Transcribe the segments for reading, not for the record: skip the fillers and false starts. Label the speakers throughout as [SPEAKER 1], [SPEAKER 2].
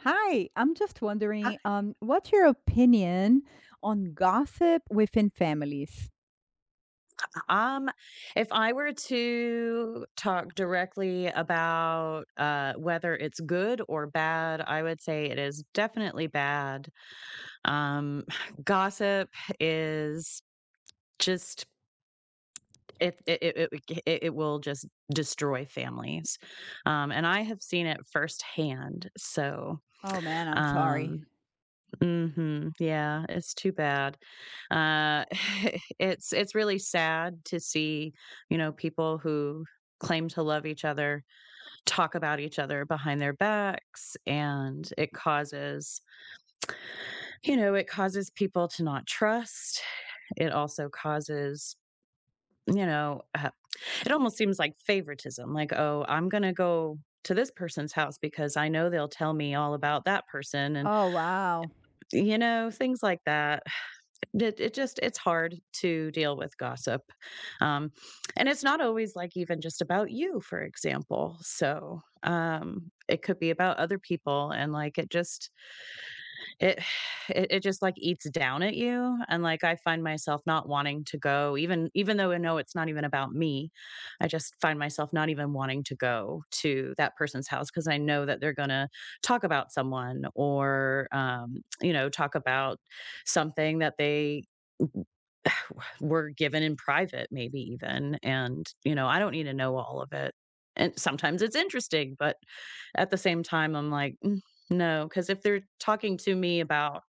[SPEAKER 1] Hi, I'm just
[SPEAKER 2] Uh,
[SPEAKER 1] wondering, what's your opinion on gossip within families?
[SPEAKER 2] um, if I were to talk directly about, whether it's good or bad, I would say it is definitely bad. Um, gossip is just it it it it it it will just destroy families. And I have seen it firsthand. So,
[SPEAKER 1] Oh man, I'm
[SPEAKER 2] um,
[SPEAKER 1] sorry.
[SPEAKER 2] mhm. Yeah, it's too bad. Uh, it's really sad to see, people who claim to love each other talk about each other behind their backs, and it causes, it causes people to not trust. It also causes, you know, uh, it almost seems like favoritism, like, "Oh, I'm gonna go to this person's house because I know they'll tell me all about that person," and,
[SPEAKER 1] Oh wow.
[SPEAKER 2] things like that. It just it's hard to deal with gossip, um, and it's not always, like, even just about you, for example, so, it could be about other people, and, like, it it just, like, eats down at you, and, like, I find myself not wanting to go, even though I know it's not even about me. I just find myself not even wanting to go to that person's house because I know that they're gonna talk about someone, or, talk about something that they were given in private, maybe even. And, I don't need to know all of it. And sometimes it's interesting, but at the same time, I'm like, "Mm, no, because if they're talking to me about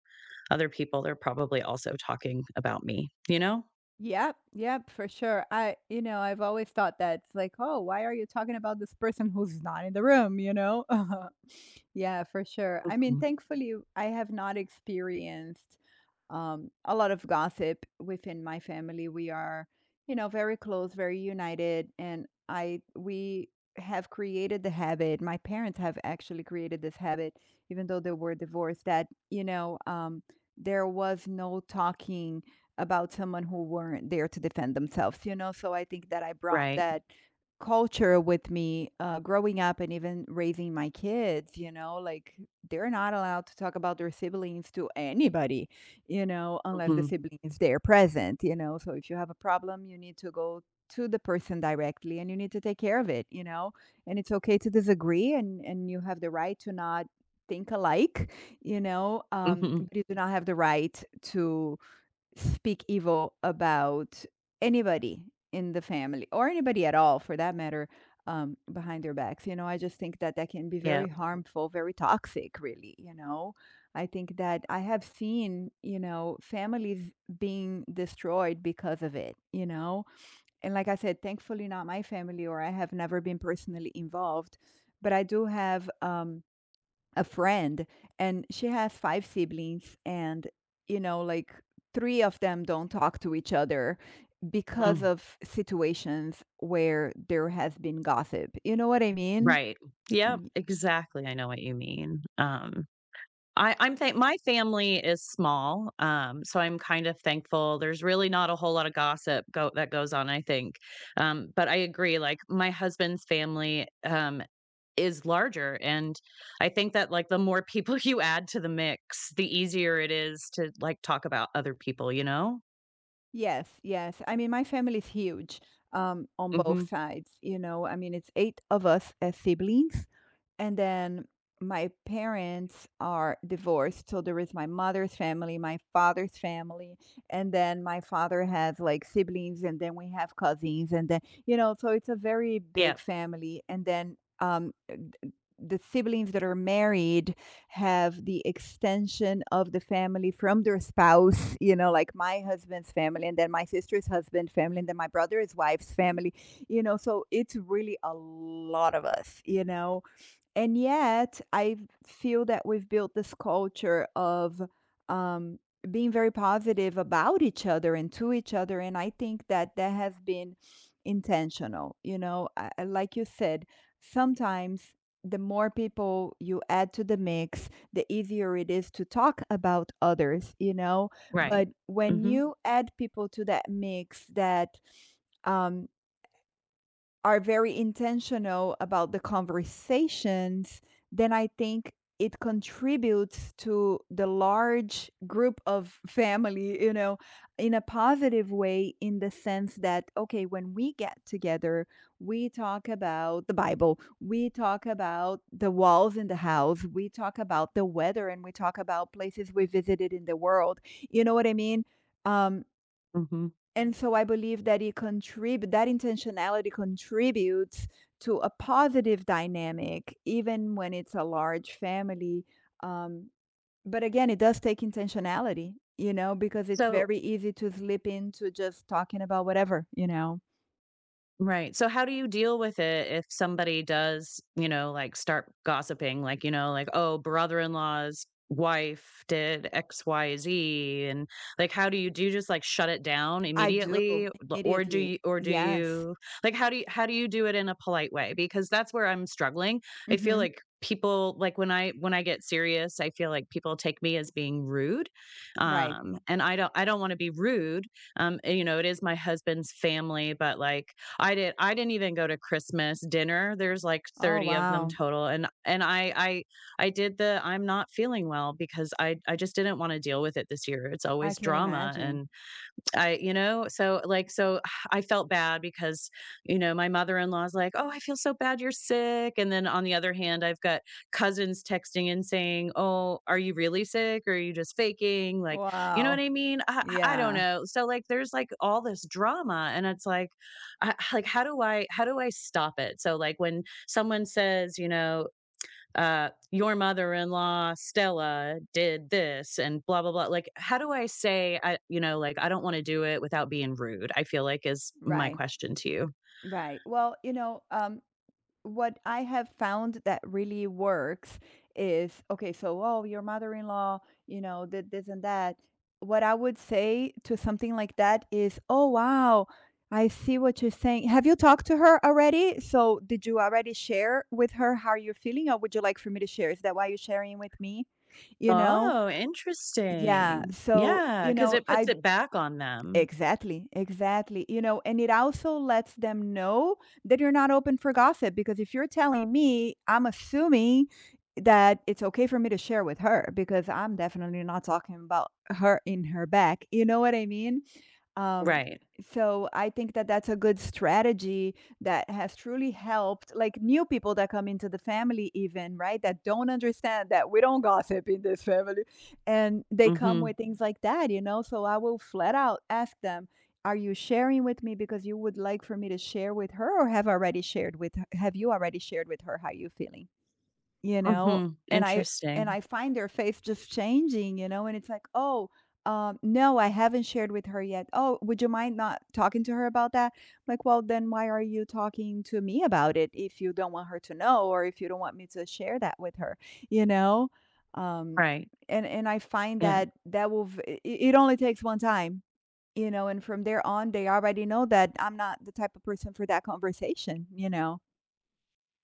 [SPEAKER 2] other people, they're probably also talking about me, you know?"
[SPEAKER 1] Yep, yep, for sure. I, I've always thought that it's like, oh, why are you talking about this person who's not in the room, you know? Yeah, for sure. I mean,
[SPEAKER 2] Hmm.
[SPEAKER 1] thankfully, I have not experienced a lot of gossip within my family. We are, you know, very close, very united, and I, we have created the habit. My parents have actually created this habit, even though they were divorced, that, there was no talking about someone who weren't there to defend themselves, you know? So I think that I brought
[SPEAKER 2] Right.
[SPEAKER 1] that culture with me growing up and even raising my kids, you know? Like they're not allowed to talk about their siblings to anybody, you know, unless the
[SPEAKER 2] Hmm.
[SPEAKER 1] sibling is there present, you know? So if you have a problem, you need to go to the person directly and you need to take care of it, you know? And it's okay to disagree and you have the right to not think alike,
[SPEAKER 2] Hmm.
[SPEAKER 1] but you do not have the right to speak evil about anybody in the family or anybody at all for that matter, behind their backs, you know. I just think that that can be
[SPEAKER 2] Yeah.
[SPEAKER 1] very harmful, very toxic really, you know. I think that I have seen, families being destroyed because of it, you know. And like I said, thankfully not my family, or I have never been personally involved, but I do have a friend, and she has five siblings, and like three of them don't talk to each other because
[SPEAKER 2] Mm.
[SPEAKER 1] of situations where there has been gossip, you know what I mean?
[SPEAKER 2] Right. Yep.
[SPEAKER 1] Y-
[SPEAKER 2] Exactly. I know what you mean. I'm thank my family is small, so I'm kind of thankful. There's really not a whole lot of gossip go that goes on, I think. But I agree, like, my husband's family, is larger, and I think that, like, the more people you add to the mix, the easier it is to, like, talk about other people, you know?
[SPEAKER 1] yes, yes, I mean, my family's huge, on both
[SPEAKER 2] Mhm.
[SPEAKER 1] sides, you know. I mean, it's eight of us as siblings. And then my parents are divorced, so there is my mother's family, my father's family, and then my father has like siblings, and then we have cousins, and then you know, so it's a very big
[SPEAKER 2] Yep.
[SPEAKER 1] family. And then the siblings that are married have the extension of the family from their spouse, you know, like my husband's family, and then my sister's husband family, and then my brother's wife's family, you know. So it's really a lot of us, you know. And yet, I feel that we've built this culture of um, being very positive about each other and to each other. And I think that that has been intentional. You know, I, like you said, sometimes the more people you add to the mix, the easier it is to talk about others, you know.
[SPEAKER 2] Right.
[SPEAKER 1] But when
[SPEAKER 2] Mhm,
[SPEAKER 1] you add people to that mix that, um, are very intentional about the conversations, then I think it contributes to the large group of family, you know, in a positive way, in the sense that, okay, when we get together, we talk about the Bible, we talk about the walls in the house, we talk about the weather, and we talk about places we visited in the world. You know what I mean? Um,
[SPEAKER 2] mhm.
[SPEAKER 1] and so I believe that it contribute that intentionality contributes to a positive dynamic, even when it's a large family. Um, but again, it does take intentionality, you know, because it's
[SPEAKER 2] So,
[SPEAKER 1] very easy to slip into just talking about whatever, you know.
[SPEAKER 2] right. So how do you deal with it if somebody does, you know, like start gossiping, like, you know, like, oh, brother-in-law's wife did XYZ, and like how do you just like shut it down
[SPEAKER 1] I do
[SPEAKER 2] immediately? Or do
[SPEAKER 1] immediately.
[SPEAKER 2] you, or do
[SPEAKER 1] Yes.
[SPEAKER 2] you, like, how do you do it in a polite way, because that's where I'm struggling. I feel
[SPEAKER 1] Hmm.
[SPEAKER 2] like people, like, when I get serious, I feel like people take me as being rude.
[SPEAKER 1] Right.
[SPEAKER 2] And I don't want to be rude. You know, it is my husband's family, but, like, I didn't even go to Christmas dinner. There's like
[SPEAKER 1] Oh,
[SPEAKER 2] 30 of them
[SPEAKER 1] wow.
[SPEAKER 2] total, and I did the I'm not feeling well because I just didn't want to deal with it this year. It's
[SPEAKER 1] I
[SPEAKER 2] always
[SPEAKER 1] can
[SPEAKER 2] drama.
[SPEAKER 1] imagine.
[SPEAKER 2] And I, you know, so, like, so I felt bad because, my mother-in-law's like, "Oh, I feel so bad you're sick," and then on the other hand, I've got cousins texting and saying, "Oh, are you really sick or are you just faking?" Like, you know what
[SPEAKER 1] Wow.
[SPEAKER 2] I mean? I don't
[SPEAKER 1] Yeah.
[SPEAKER 2] know. So, like, there's, like, all this drama, and it's like, I, like, how do I stop it? So, like, when someone says, you know, your mother in law, Stella, did this and blah, blah, blah. Like, how do I say, I, you know, like, I don't want to do it without being rude? I feel like is my
[SPEAKER 1] Right.
[SPEAKER 2] question to you.
[SPEAKER 1] Right. Well, what I have found that really works is okay, so, oh, your mother in law, you know, did this and that. What I would say to something like that is, oh, wow, I see what you're saying. Have you talked to her already? So, did you already share with her how you're feeling, or would you like for me to share? Is that why you're sharing with me? You know,
[SPEAKER 2] Oh,
[SPEAKER 1] yeah.
[SPEAKER 2] interesting.
[SPEAKER 1] So,
[SPEAKER 2] Yeah.
[SPEAKER 1] you
[SPEAKER 2] Cause
[SPEAKER 1] know,
[SPEAKER 2] it puts
[SPEAKER 1] I
[SPEAKER 2] it back on them.
[SPEAKER 1] exactly, exactly. You know, and it also lets them know that you're not open for gossip, because if you're telling me, I'm assuming that it's okay for me to share with her because I'm definitely not talking about her in her back. You know what I mean? Um,
[SPEAKER 2] Right.
[SPEAKER 1] so I think that that's a good strategy that has truly helped, like new people that come into the family, even right, that don't understand that we don't gossip in this family, and they
[SPEAKER 2] Mm
[SPEAKER 1] come
[SPEAKER 2] hmm.
[SPEAKER 1] with things like that, you know. So I will flat out ask them, "Are you sharing with me because you would like for me to share with her, or have already shared with? Have you already shared with her how you feeling?" You know?
[SPEAKER 2] Mhm,
[SPEAKER 1] And I and
[SPEAKER 2] interesting.
[SPEAKER 1] I find their face just changing, you know, and it's like, "Oh, no, I haven't shared with her yet. Oh, would you mind not talking to her about that?" Like, "Well, then why are you talking to me about it if you don't want her to know or if you don't want me to share that with her?" You know? Um,
[SPEAKER 2] Right,
[SPEAKER 1] and I find
[SPEAKER 2] yeah.
[SPEAKER 1] that that will v I it only takes one time, you know, and from there on, they already know that I'm not the type of person for that conversation, you know?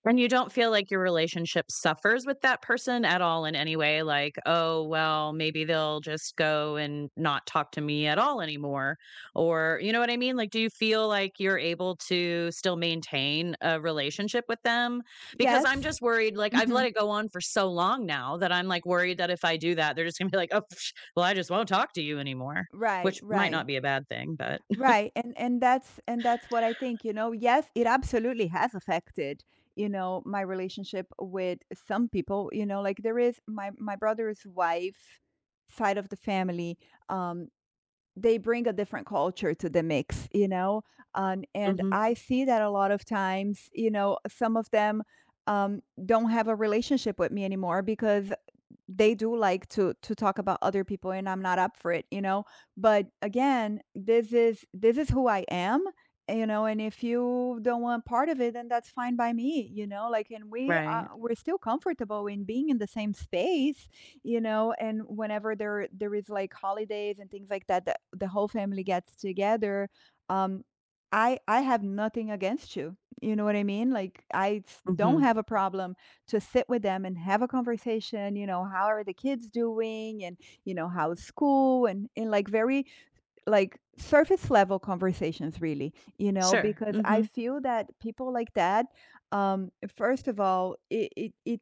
[SPEAKER 2] And you don't feel like your relationship suffers with that person at all in any way, like, "Oh, well, maybe they'll just go and not talk to me at all anymore," or, you know what I mean? Like, do you feel like you're able to still maintain a relationship with them? Because I'm
[SPEAKER 1] Yes.
[SPEAKER 2] just worried, like, I've let
[SPEAKER 1] Mhm.
[SPEAKER 2] it go on for so long now that I'm, like, worried that if I do that, they're just gonna be like, "Oh, psh, well, I just won't talk to you anymore,"
[SPEAKER 1] Right,
[SPEAKER 2] which might
[SPEAKER 1] right.
[SPEAKER 2] not be a bad thing, but
[SPEAKER 1] Right. And that's what I think, you know. Yes, it absolutely has affected, you know, my relationship with some people, you know, like there is my brother's wife side of the family, um they bring a different culture to the mix, you know. And
[SPEAKER 2] mhm.
[SPEAKER 1] I see that a lot of times, you know, some of them don't have a relationship with me anymore because they do like to talk about other people and I'm not up for it, you know? But again, this is who I am, you know, and if you don't want part of it, then that's fine by me, you know? Like and we are
[SPEAKER 2] Right.
[SPEAKER 1] we're still comfortable in being in the same space, you know, and whenever there is like holidays and things like that, the whole family gets together, um I have nothing against you. You know what I mean? Like I don't
[SPEAKER 2] Mhm.
[SPEAKER 1] have a problem to sit with them and have a conversation, you know, how are the kids doing and, you know, how's school and like very like surface level conversations really, you know,
[SPEAKER 2] Sure.
[SPEAKER 1] because I
[SPEAKER 2] Mhm.
[SPEAKER 1] feel that people like that, first of all, it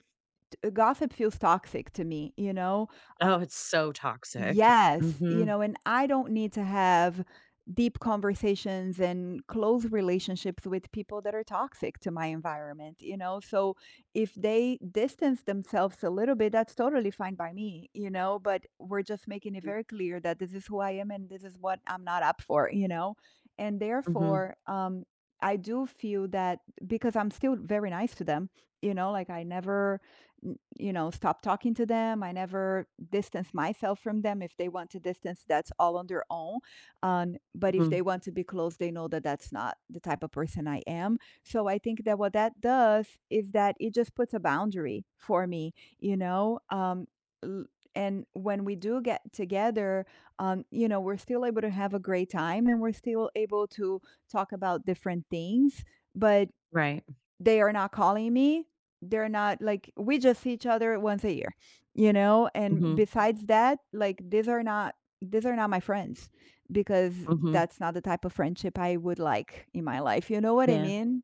[SPEAKER 1] gossip feels toxic to me, you know.
[SPEAKER 2] Oh, it's so toxic.
[SPEAKER 1] Yes, you
[SPEAKER 2] Mhm.
[SPEAKER 1] know, and I don't need to have deep conversations and close relationships with people that are toxic to my environment, you know. So if they distance themselves a little bit, that's totally fine by me, you know, but we're just making it
[SPEAKER 2] Mm,
[SPEAKER 1] very clear that this is who I am and this is what I'm not up for, you know. And
[SPEAKER 2] mhm,
[SPEAKER 1] therefore, I do feel that, because I'm still very nice to them, you know, like I never you know, stop talking to them. I never distance myself from them. If they want to distance, that's all on their own. But if
[SPEAKER 2] mhm.
[SPEAKER 1] they want to be close, they know that that's not the type of person I am. So I think that what that does is that it just puts a boundary for me, you know. L- and when we do get together, you know, we're still able to have a great time and we're still able to talk about different things. But
[SPEAKER 2] Right.
[SPEAKER 1] they are not calling me. They're not like, we just see each other once a year, you know? And
[SPEAKER 2] Mhm,
[SPEAKER 1] besides that, like, these are not my friends because
[SPEAKER 2] mhm.
[SPEAKER 1] that's not the type of friendship I would like in my life. You know what I
[SPEAKER 2] Yeah.
[SPEAKER 1] mean?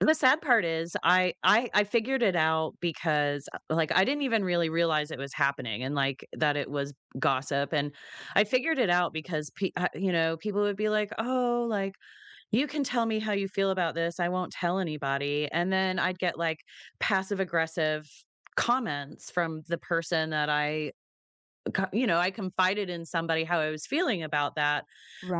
[SPEAKER 2] And the sad part is I figured it out because, like, I didn't even really realize it was happening and, like, that it was gossip. And I figured it out because pe you know, people would be like, "Oh," like, you can tell me how you feel about this. I won't tell anybody. And then I'd get like passive aggressive comments from the person that you know, I confided in somebody how I was feeling about that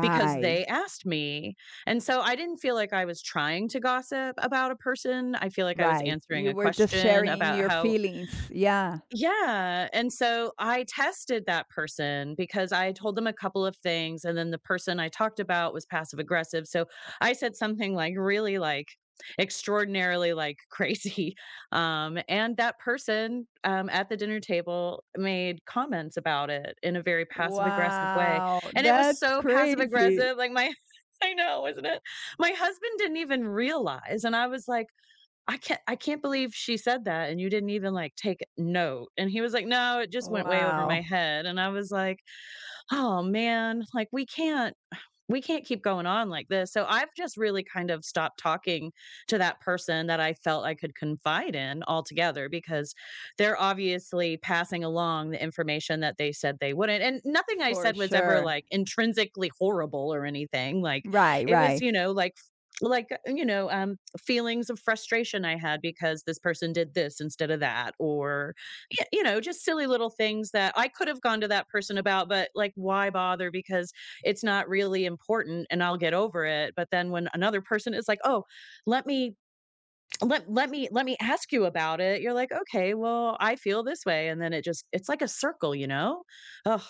[SPEAKER 2] because they asked me. And so I didn't feel like I was trying to gossip about a person. I feel like I was
[SPEAKER 1] Right.
[SPEAKER 2] answering
[SPEAKER 1] You
[SPEAKER 2] a
[SPEAKER 1] were just
[SPEAKER 2] question
[SPEAKER 1] sharing
[SPEAKER 2] about
[SPEAKER 1] your
[SPEAKER 2] how,
[SPEAKER 1] feelings. Yeah.
[SPEAKER 2] yeah, and so I tested that person because I told them a couple of things, and then the person I talked about was passive aggressive, so I said something, like, really, like, extraordinarily, like, crazy, and that person, at the dinner table made comments about it in a very passive aggressive way,
[SPEAKER 1] Wow,
[SPEAKER 2] and it was
[SPEAKER 1] that's
[SPEAKER 2] so passive
[SPEAKER 1] crazy.
[SPEAKER 2] aggressive, like, my I know, isn't it? My husband didn't even realize, and I was like, I can't believe she said that and you didn't even, like, take note." And he was like, "No, it just went way over my
[SPEAKER 1] Wow,
[SPEAKER 2] head." And I was like, "Oh, man, like, we can't keep going on like this." So I've just really kind of stopped talking to that person that I felt I could confide in altogether because they're obviously passing along the information that they said they wouldn't. And nothing I
[SPEAKER 1] for
[SPEAKER 2] said was ever
[SPEAKER 1] sure.
[SPEAKER 2] like intrinsically horrible or anything. Like,
[SPEAKER 1] Right,
[SPEAKER 2] it was,
[SPEAKER 1] right.
[SPEAKER 2] you know, like, like feelings of frustration I had because this person did this instead of that. Or you know, just silly little things that I could have gone to that person about, but like why bother, because it's not really important and I'll get over it. But then when another person is like, "Oh, let me let me ask you about it." You're like, "Okay, well, I feel this way." And then it just it's like a circle, you know? Oh,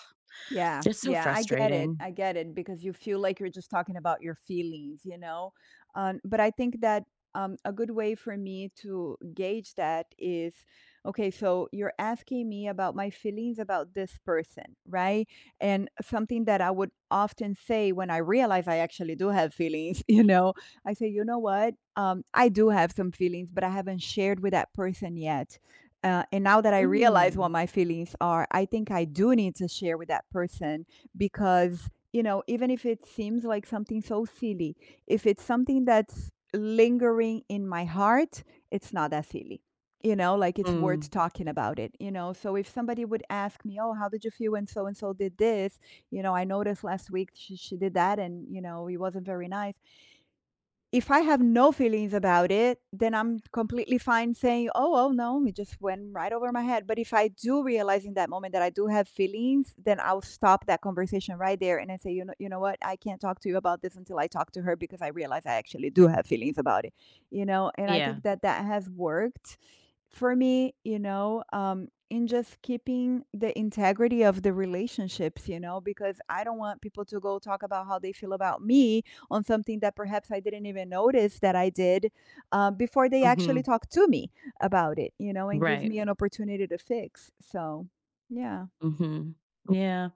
[SPEAKER 1] Yeah,
[SPEAKER 2] it's so
[SPEAKER 1] yeah, I get it.
[SPEAKER 2] frustrating.
[SPEAKER 1] I get it because you feel like you're just talking about your feelings, you know? But I think that a good way for me to gauge that is, okay, so you're asking me about my feelings about this person, right? And something that I would often say when I realize I actually do have feelings, you know, I say, you know what? I do have some feelings, but I haven't shared with that person yet, and now that I realize what
[SPEAKER 2] Mm.
[SPEAKER 1] my feelings are, I think I do need to share with that person, because, you know, even if it seems like something so silly, if it's something that's lingering in my heart, it's not that silly. You know, like it's worth
[SPEAKER 2] Mm.
[SPEAKER 1] talking about it, you know. So if somebody would ask me, oh, how did you feel when so and so did this? You know, I noticed last week she did that and, you know, it wasn't very nice. If I have no feelings about it, then I'm completely fine saying, "Oh, well, no, it just went right over my head." But if I do realize in that moment that I do have feelings, then I'll stop that conversation right there and I say, you know what? I can't talk to you about this until I talk to her because I realize I actually do have feelings about it." You know, and I
[SPEAKER 2] Yeah.
[SPEAKER 1] think that that has worked for me, you know, in just keeping the integrity of the relationships, you know, because I don't want people to go talk about how they feel about me on something that perhaps I didn't even notice that I did, before they actually
[SPEAKER 2] Mhm.
[SPEAKER 1] talk to me about it, you know, and give
[SPEAKER 2] Right.
[SPEAKER 1] me an opportunity to fix. So, yeah.
[SPEAKER 2] Mhm. Yeah.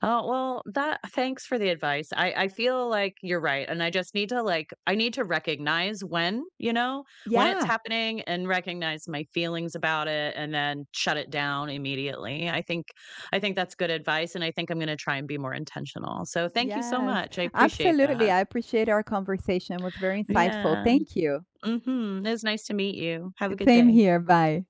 [SPEAKER 2] Oh, well, that thanks for the advice. I feel like you're right, and I just need to, like, I need to recognize when, you know, when it's
[SPEAKER 1] Yeah.
[SPEAKER 2] happening, and recognize my feelings about it and then shut it down immediately. I think that's good advice, and I think I'm gonna try and be more intentional. So thank you so
[SPEAKER 1] Yes.
[SPEAKER 2] much. I appreciate
[SPEAKER 1] Absolutely.
[SPEAKER 2] that.
[SPEAKER 1] I appreciate our conversation. It was very insightful.
[SPEAKER 2] Yeah.
[SPEAKER 1] Thank you.
[SPEAKER 2] Mhm. It was nice to meet you. Have a good
[SPEAKER 1] Same
[SPEAKER 2] day.
[SPEAKER 1] here. Bye.